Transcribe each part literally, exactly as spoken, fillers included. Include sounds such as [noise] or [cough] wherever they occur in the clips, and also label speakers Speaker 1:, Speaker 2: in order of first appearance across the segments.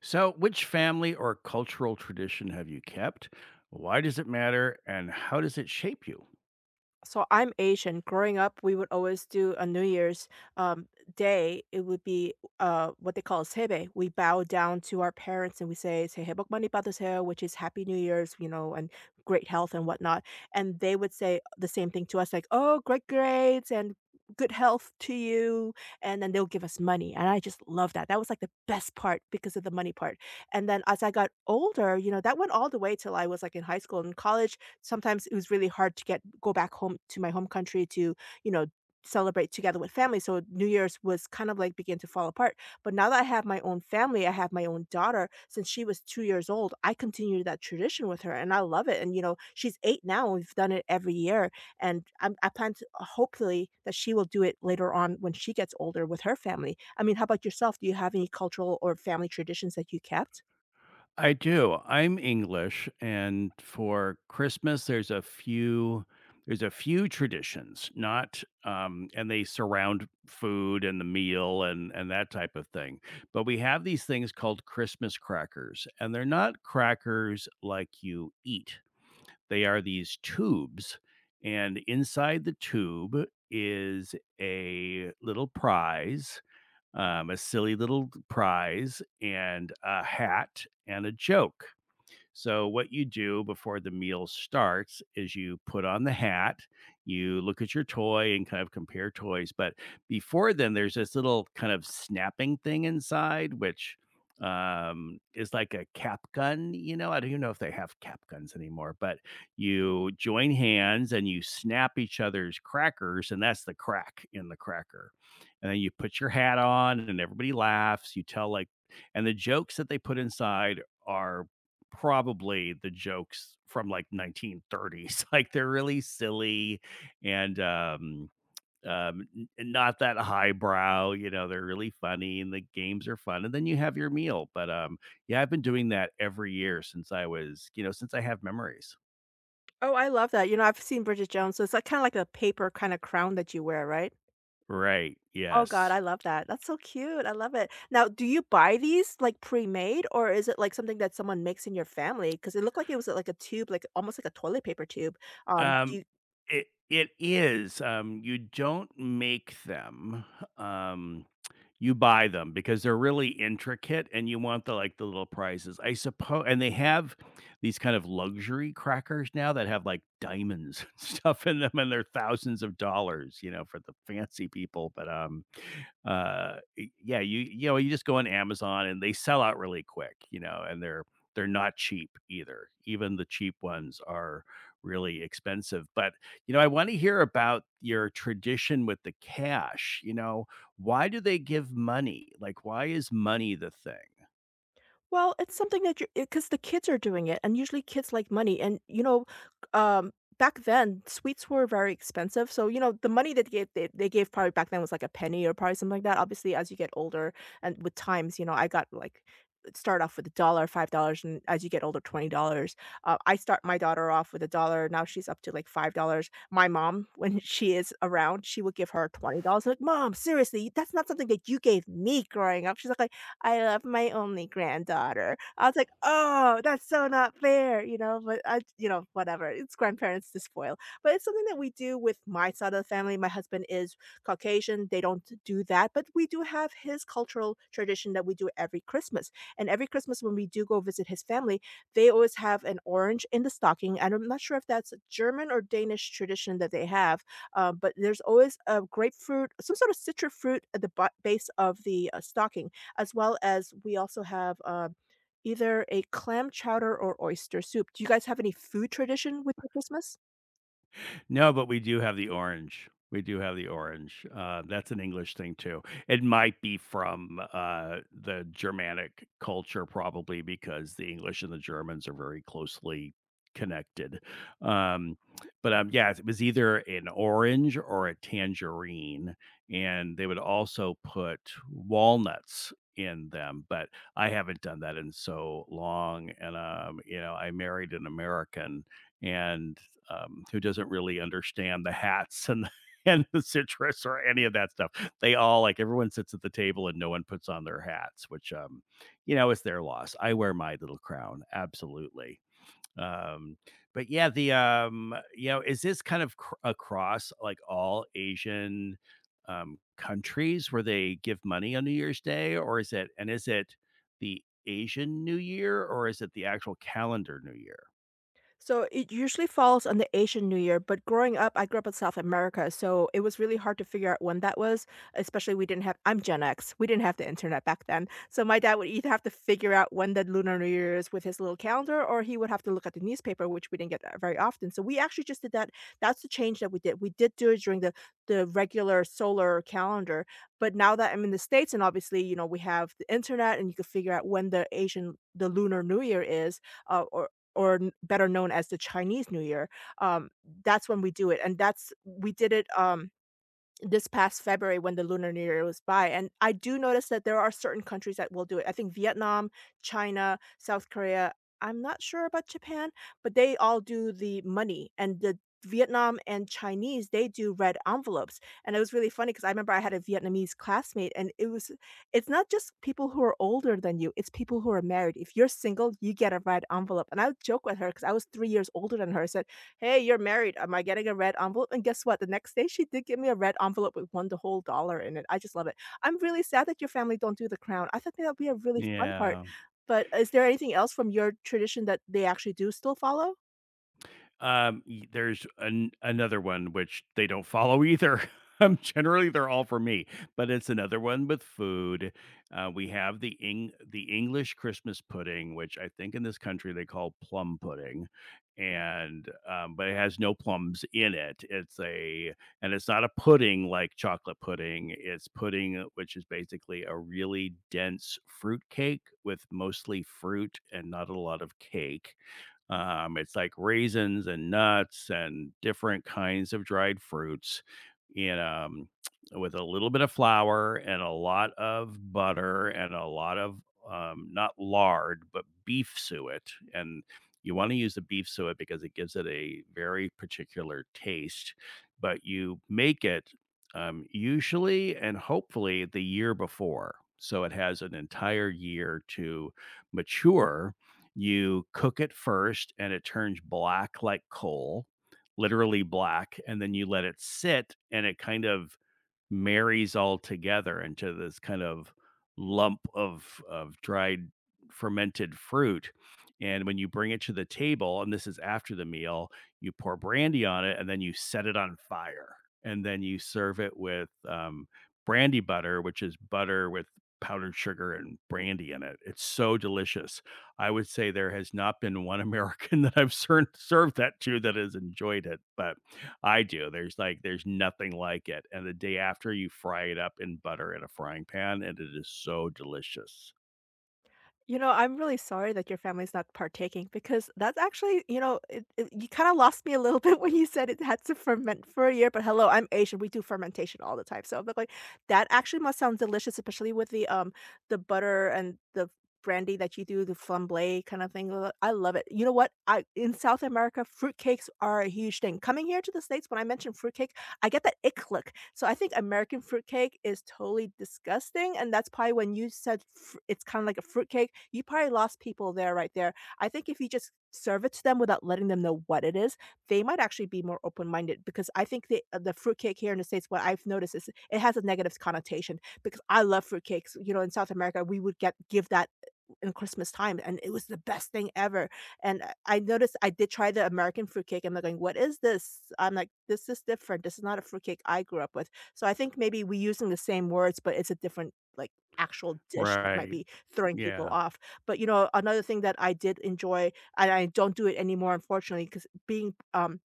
Speaker 1: So, which family or cultural tradition have you kept? Why does it matter? And how does it shape you?
Speaker 2: So I'm Asian. Growing up, we would always do a New Year's um, day. It would be uh, what they call sebe. We bow down to our parents and we say "Sehebok mani padaseo," which is Happy New Year's, you know, and great health and whatnot. And they would say the same thing to us, like "Oh, great grades and good health to you," and then they'll give us money. And I just love that. That was like the best part because of the money part. And then as I got older, you know, that went all the way till I was like in high school and college sometimes it was really hard to get go back home to my home country to, you know, celebrate together with family. So New Year's was kind of like begin to fall apart. But now that I have my own family, I have my own daughter, since she was two years old, I continued that tradition with her and I love it. And you know, she's eight now. We've done it every year. And I'm, I plan to uh, hopefully that she will do it later on when she gets older with her family. I mean, how about yourself? Do you have any cultural or family traditions that you kept?
Speaker 1: I do. I'm English and for Christmas there's a few there's a few traditions, not um and they surround food and the meal and and that type of thing. But we have these things called Christmas crackers, and they're not crackers like you eat. They are these tubes, and inside the tube is a little prize, um, a silly little prize, and a hat and a joke. So, what you do before the meal starts is you put on the hat, you look at your toy and kind of compare toys. But before then, there's this little kind of snapping thing inside, which um is like a cap gun. You know, I don't even know if they have cap guns anymore, but you join hands and you snap each other's crackers, and that's the crack in the cracker. And then you put your hat on and everybody laughs. You tell like, and the jokes that they put inside are probably the jokes from like nineteen thirties. [laughs] Like they're really silly, and um um n- not that highbrow, you know, they're really funny and the games are fun. And then you have your meal. But um Yeah, I've been doing that every year since I was, you know, since I have memories.
Speaker 2: Oh, I love that. You know, I've seen Bridget Jones, so it's like kinda like a paper kinda crown that you wear, right?
Speaker 1: Right.
Speaker 2: Oh god,
Speaker 1: Yes.
Speaker 2: I love that. That's so cute, I love it. Now, do you buy these, like, pre-made, or is it, like, something that someone makes in your family? Because it looked like it was, like, a tube, like, almost like a toilet paper tube. Um,
Speaker 1: Um,
Speaker 2: do
Speaker 1: it it is, um, you don't make them, um, you buy them because they're really intricate and you want the, like, the little prizes, I suppose. And they have these kind of luxury crackers now that have, like, diamonds [laughs] and stuff in them, and they're thousands of dollars, you know, for the fancy people. But, um, uh, y Yeah, you you know, you just go on Amazon and they sell out really quick, you know, and they're they're not cheap either. Even the cheap ones are really expensive. But, you know, I want to hear about your tradition with the cash. You know, why do they give money? Like, why is money the thing?
Speaker 2: Well, it's something that you are because the kids are doing it, and usually kids like money. And you know, um, back then sweets were very expensive, so you know the money that they gave they, they gave probably back then was like a penny or probably something like that. Obviously, as you get older and with times, you know, I got like start off with a dollar, five dollars, and as you get older, twenty dollars. Uh, I start my daughter off with a dollar. Now she's up to like five dollars. My mom, when [laughs] she is around, she would give her twenty dollars. Like, mom, seriously, that's not something that you gave me growing up. She's like. I love my only granddaughter. I was like, "Oh, that's so not fair," you know, but I you know, whatever, it's grandparents to spoil. But it's something that we do with my side of the family. My husband is Caucasian, they don't do that, but we do have his cultural tradition that we do every Christmas, and every Christmas when we do go visit his family, they always have an orange in the stocking, and I'm not sure if that's a German or Danish tradition that they have, uh, but there's always a grapefruit, some sort of citrus fruit at the bo base of the, uh, stocking as well as we also have, um, either a clam chowder or oyster soup. Do you guys have any food tradition with your Christmas?
Speaker 1: No, but we do have the orange. We do have the orange. Uh, that's an English thing too. It might be from uh, the Germanic culture, probably because the English and the Germans are very closely connected. Um, but um, Yeah, it was either an orange or a tangerine, and they would also put walnuts in them. But I haven't done that in so long, and um, you know, I married an American, and um, who doesn't really understand the hats and the, [laughs] and the citrus or any of that stuff. They all like everyone sits at the table and no one puts on their hats, which um, you know, is their loss. I wear my little crown, absolutely. Um, but yeah, the um, you know, is this kind of cr- across like all Asian um countries where they give money on New Year's Day? Or is it, and is it the Asian New Year or is it the actual calendar New Year?
Speaker 2: So it usually falls on the Asian New Year, but growing up, I grew up in South America, so it was really hard to figure out when that was. Especially, we didn't have. I'm Gen X. We didn't have the internet back then, so my dad would either have to figure out when the Lunar New Year is with his little calendar, or he would have to look at the newspaper, which we didn't get that very often. So we actually just did that. That's the change that we did. We did do it during the the regular solar calendar, but now that I'm in the states, and obviously, you know, we have the internet, and you can figure out when the Asian the Lunar New Year is uh, or or n- better known as the Chinese New Year. Um, that's when we do it, and that's we did it. Um, this past February when the Lunar New Year was by, and I do notice that there are certain countries that will do it. I think Vietnam, China, South Korea, I'm not sure about Japan, but they all do the money and the Vietnam and Chinese, they do red envelopes. And it was really funny because I remember I had a Vietnamese classmate and it was it's not just people who are older than you, it's people who are married. If you're single, you get a red envelope. And I would joke with her because I was three years older than her. I said, "Hey, you're married. Am I getting a red envelope?" And guess what? The next day, she did give me a red envelope with one the whole dollar in it. I just love it. I'm really sad that your family don't do the crown. I thought that would be a really fun part.
Speaker 1: Yeah.
Speaker 2: But is there anything else from your tradition that they actually do still follow?
Speaker 1: Um, y There's an another one which they don't follow either. [laughs] Um, generally, they're all for me, but it's another one with food. Uh, we have the Eng the English Christmas pudding, which I think in this country they call plum pudding, and, um, but it has no plums in it. It's a And it's not a pudding like chocolate pudding, it's pudding, which is basically a really dense fruit cake with mostly fruit and not a lot of cake. Um, it's like raisins and nuts and different kinds of dried fruits, and um, with a little bit of flour and a lot of butter and a lot of, um, not lard, but beef suet. And you want to use the beef suet because it gives it a very particular taste, but you make it, um, usually and hopefully, the year before. So it has an entire year to mature. You cook it first and it turns black like coal, literally black, and then you let it sit, and it kind of marries all together into this kind of lump of of dried fermented fruit. And when you bring it to the table, and this is after the meal, you pour brandy on it and then you set it on fire. And then you serve it with um, brandy butter, which is butter with powdered sugar and brandy in it. It's so delicious. I would say there has not been one American [laughs] that I've ser- served that to that has enjoyed it. But I do. There's like there's nothing like it, and the day after, you fry it up in butter in a frying pan, and it is so delicious.
Speaker 2: You know, I'm really sorry that your family's not partaking because that's actually, you know, it, it, you kind of lost me a little [laughs] bit when you said it had to ferment for a year. But hello, I'm Asian. We do fermentation all the time, so I'm like, like, that actually must sound delicious, especially with the um the butter and the brandy that you do, the flambe kind of thing. Uh, I love it. You know what? I in South America, fruitcakes are a huge thing. Coming here to the states, when I mentioned fruitcake, I get that ick look. So I think American fruitcake is totally disgusting, and that's probably when you said fr it's kinda like a fruitcake, you probably lost people there right there. I think if you just serve it to them without letting them know what it is, they might actually be more open-minded because I think the uh, the fruitcake here in the States, what I've noticed is it has a negative connotation because I love fruitcakes, you know, in South America, we would get give that in Christmas time, and it was the best thing ever, and I I noticed I did try the American fruitcake, and they're going, "What is this?" I'm like, "This is different. This is not a fruitcake I grew up with." So I think maybe we're using the same words, but it's a different, like, actual dish that might
Speaker 1: Right,
Speaker 2: be throwing people
Speaker 1: yeah.
Speaker 2: off. But, you know, another thing that I did enjoy, and I don't do it anymore, unfortunately, because being, um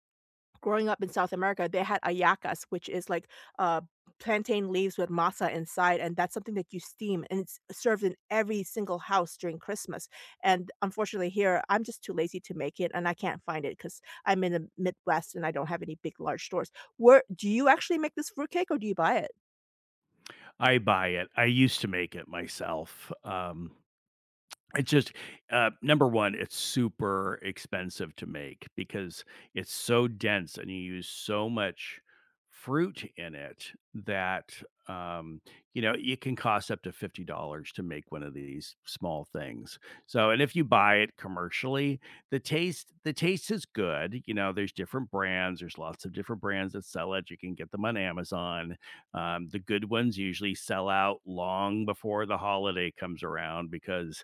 Speaker 2: growing up in South America, they had ayacas, which is like uh, plantain leaves with masa inside, and that's something that you steam, and it's served in every single house during Christmas. And unfortunately, here I'm just too lazy to make it, and I can't find it because I'm in the Midwest and I don't have any big large stores. Where do you actually make this fruitcake, or do you buy it?
Speaker 1: I buy it. I used to make it myself. um, It's just, uh, Number one, it's super expensive to make because it's so dense and you use so much fruit in it that, um, you know, it can cost up to fifty dollars to make one of these small things. So, and if you buy it commercially, the taste the taste is good. You know, there's different brands. There's lots of different brands that sell it. You can get them on Amazon. Um, the good ones usually sell out long before the holiday comes around because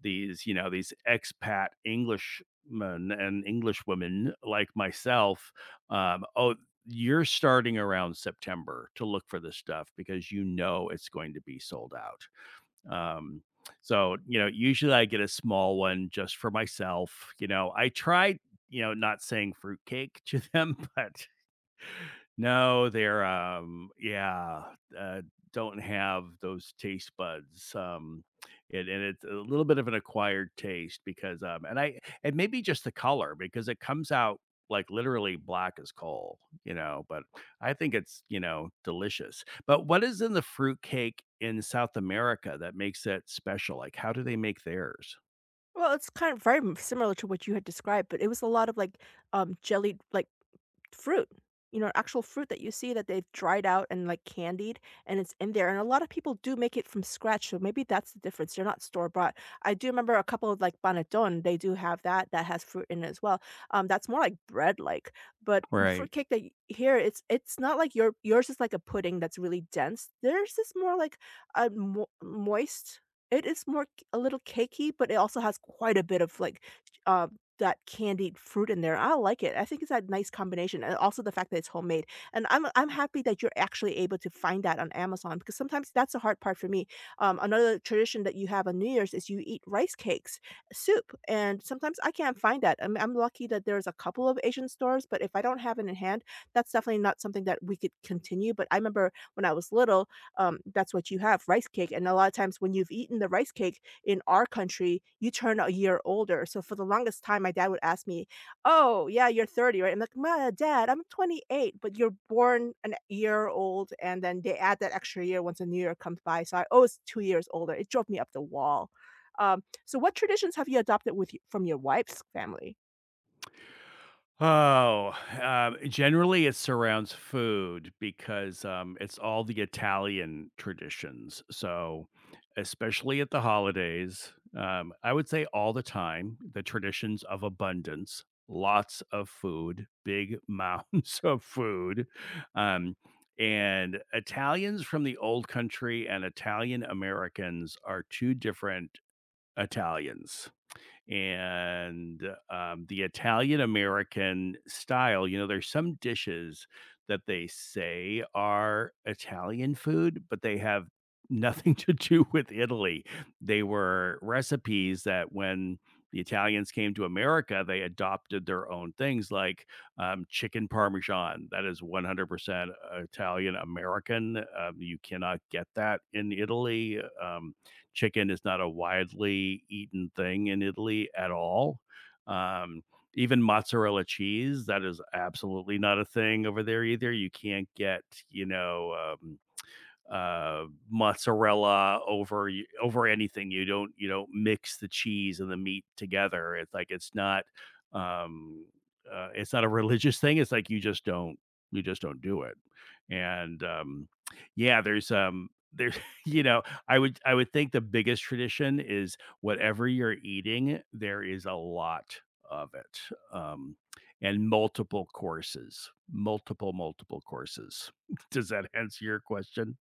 Speaker 1: these, you know, these expat Englishmen and Englishwomen like myself, um, oh, you're starting around September to look for this stuff because you know it's going to be sold out. Um, so, you know, usually I get a small one just for myself. You know, I tried, you know, not saying fruitcake [laughs] to them, but no, they're, um yeah, uh, don't have those taste buds, um, and and it's a little bit of an acquired taste because, um and I and maybe just the color, because it comes out, like, literally black as coal, you know, but I think it's, you know, delicious. But what is in the fruit cake in South America that makes it special? Like, how do they make theirs?
Speaker 2: Well, it's kind of very m- similar to what you had described, but it was a lot of like um jellied like fruit, you know, actual fruit that you see that they've dried out and like candied and it's in there. And a lot of people do make it from scratch. So maybe that's the difference. They're not store bought. I do remember a couple of like panettone, they do have that that has fruit in it as well. Um, that's more like bread like. But the fruit
Speaker 1: Right.
Speaker 2: cake that y- here it's it's not like your yours is like a pudding that's really dense. Theirs is more like a mo- moist. It is more c- a little cakey, but it also has quite a bit of like that candied fruit in there. I like it. I think it's a nice combination, and also the fact that it's homemade. And I'm I'm happy that you're actually able to find that on Amazon because sometimes that's the hard part for me. Um, another tradition that you have on New Year's is you eat rice cakes, soup, and sometimes I can't find that. I'm, I'm lucky that there's a couple of Asian stores, but if I don't have it in hand, that's definitely not something that we could continue. But I remember when I was little, um, that's what you have rice cake, and a lot of times when you've eaten the rice cake, in our country, you turn a year older. So for the longest time, my dad would ask me, "Oh, yeah, you're thirty, right?" I'm like, "Ma, Dad, I'm twenty-eight, but you're born an year old, and then they add that extra year once a new year comes by." So I always two years older. It drove me up the wall. Um, so what traditions have you adopted with y from your wife's family?
Speaker 1: Oh, um, generally it surrounds food because um, it's all the Italian traditions. So, especially at the holidays, um, I would say all the time, the traditions of abundance, lots of food, big mounds [laughs] of food. Um, and Italians from the old country and Italian Americans are two different Italians, and um, the Italian American style, you know, there's some dishes that they say are Italian food, but they have nothing [laughs] to do with Italy. They were recipes that when the Italians came to America, they adopted their own things like, um, chicken parmesan. That is one hundred percent Italian American. Um, you cannot get that in Italy. Um, chicken is not a widely eaten thing in Italy at all. Um, Even mozzarella cheese, that is absolutely not a thing over there either. You can't get, you know, um, uh, mozzarella over y- over anything. You don't you don't mix the cheese and the meat together. It's like it's not um, uh, it's not a religious thing. It's like you just don't you just don't do it. And um, Yeah, there's um there's [laughs] you know, I would I would think the biggest tradition is whatever you're eating, there is a lot of it. Um, and multiple courses, multiple, multiple courses. [laughs] Does that answer your question?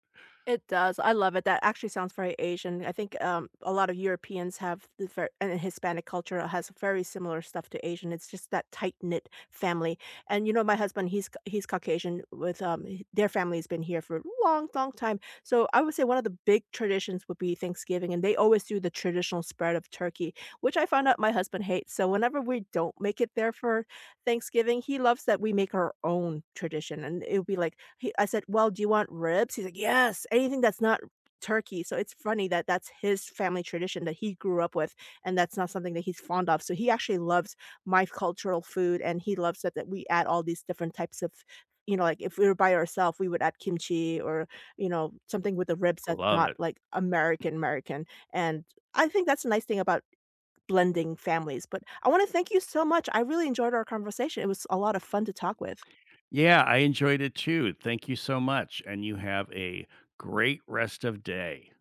Speaker 2: It does, I love it, that actually sounds very Asian, I think, um, a lot of Europeans have the ver and Hispanic culture has very similar stuff to Asian, it's just that tight-knit family, and, you know, my husband, he's Ca he's Caucasian with, um h- their family's been here for a long, long time, so I would say one of the big traditions would be Thanksgiving, and they always do the traditional spread of turkey, which I found out my husband hates, so whenever we don't make it there for Thanksgiving, he loves that we make our own tradition, and it would be like he I said, "Well, do you want ribs?" He's like, "Yes, anything that's not turkey." So it's funny that that's his family tradition that he grew up with, and that's not something that he's fond of. So he actually loves my cultural food, and he loves that that we add all these different types of you know, like if we were by ourselves, we would add kimchi or, you know, something with the ribs that's
Speaker 1: Love
Speaker 2: not
Speaker 1: it.
Speaker 2: like American American. And I think that's a nice thing about blending families, but I wanna thank you so much. I really enjoyed our conversation. It was a lot of fun to talk with.
Speaker 1: Yeah, I enjoyed it too. Thank you so much, and you have a great rest of day.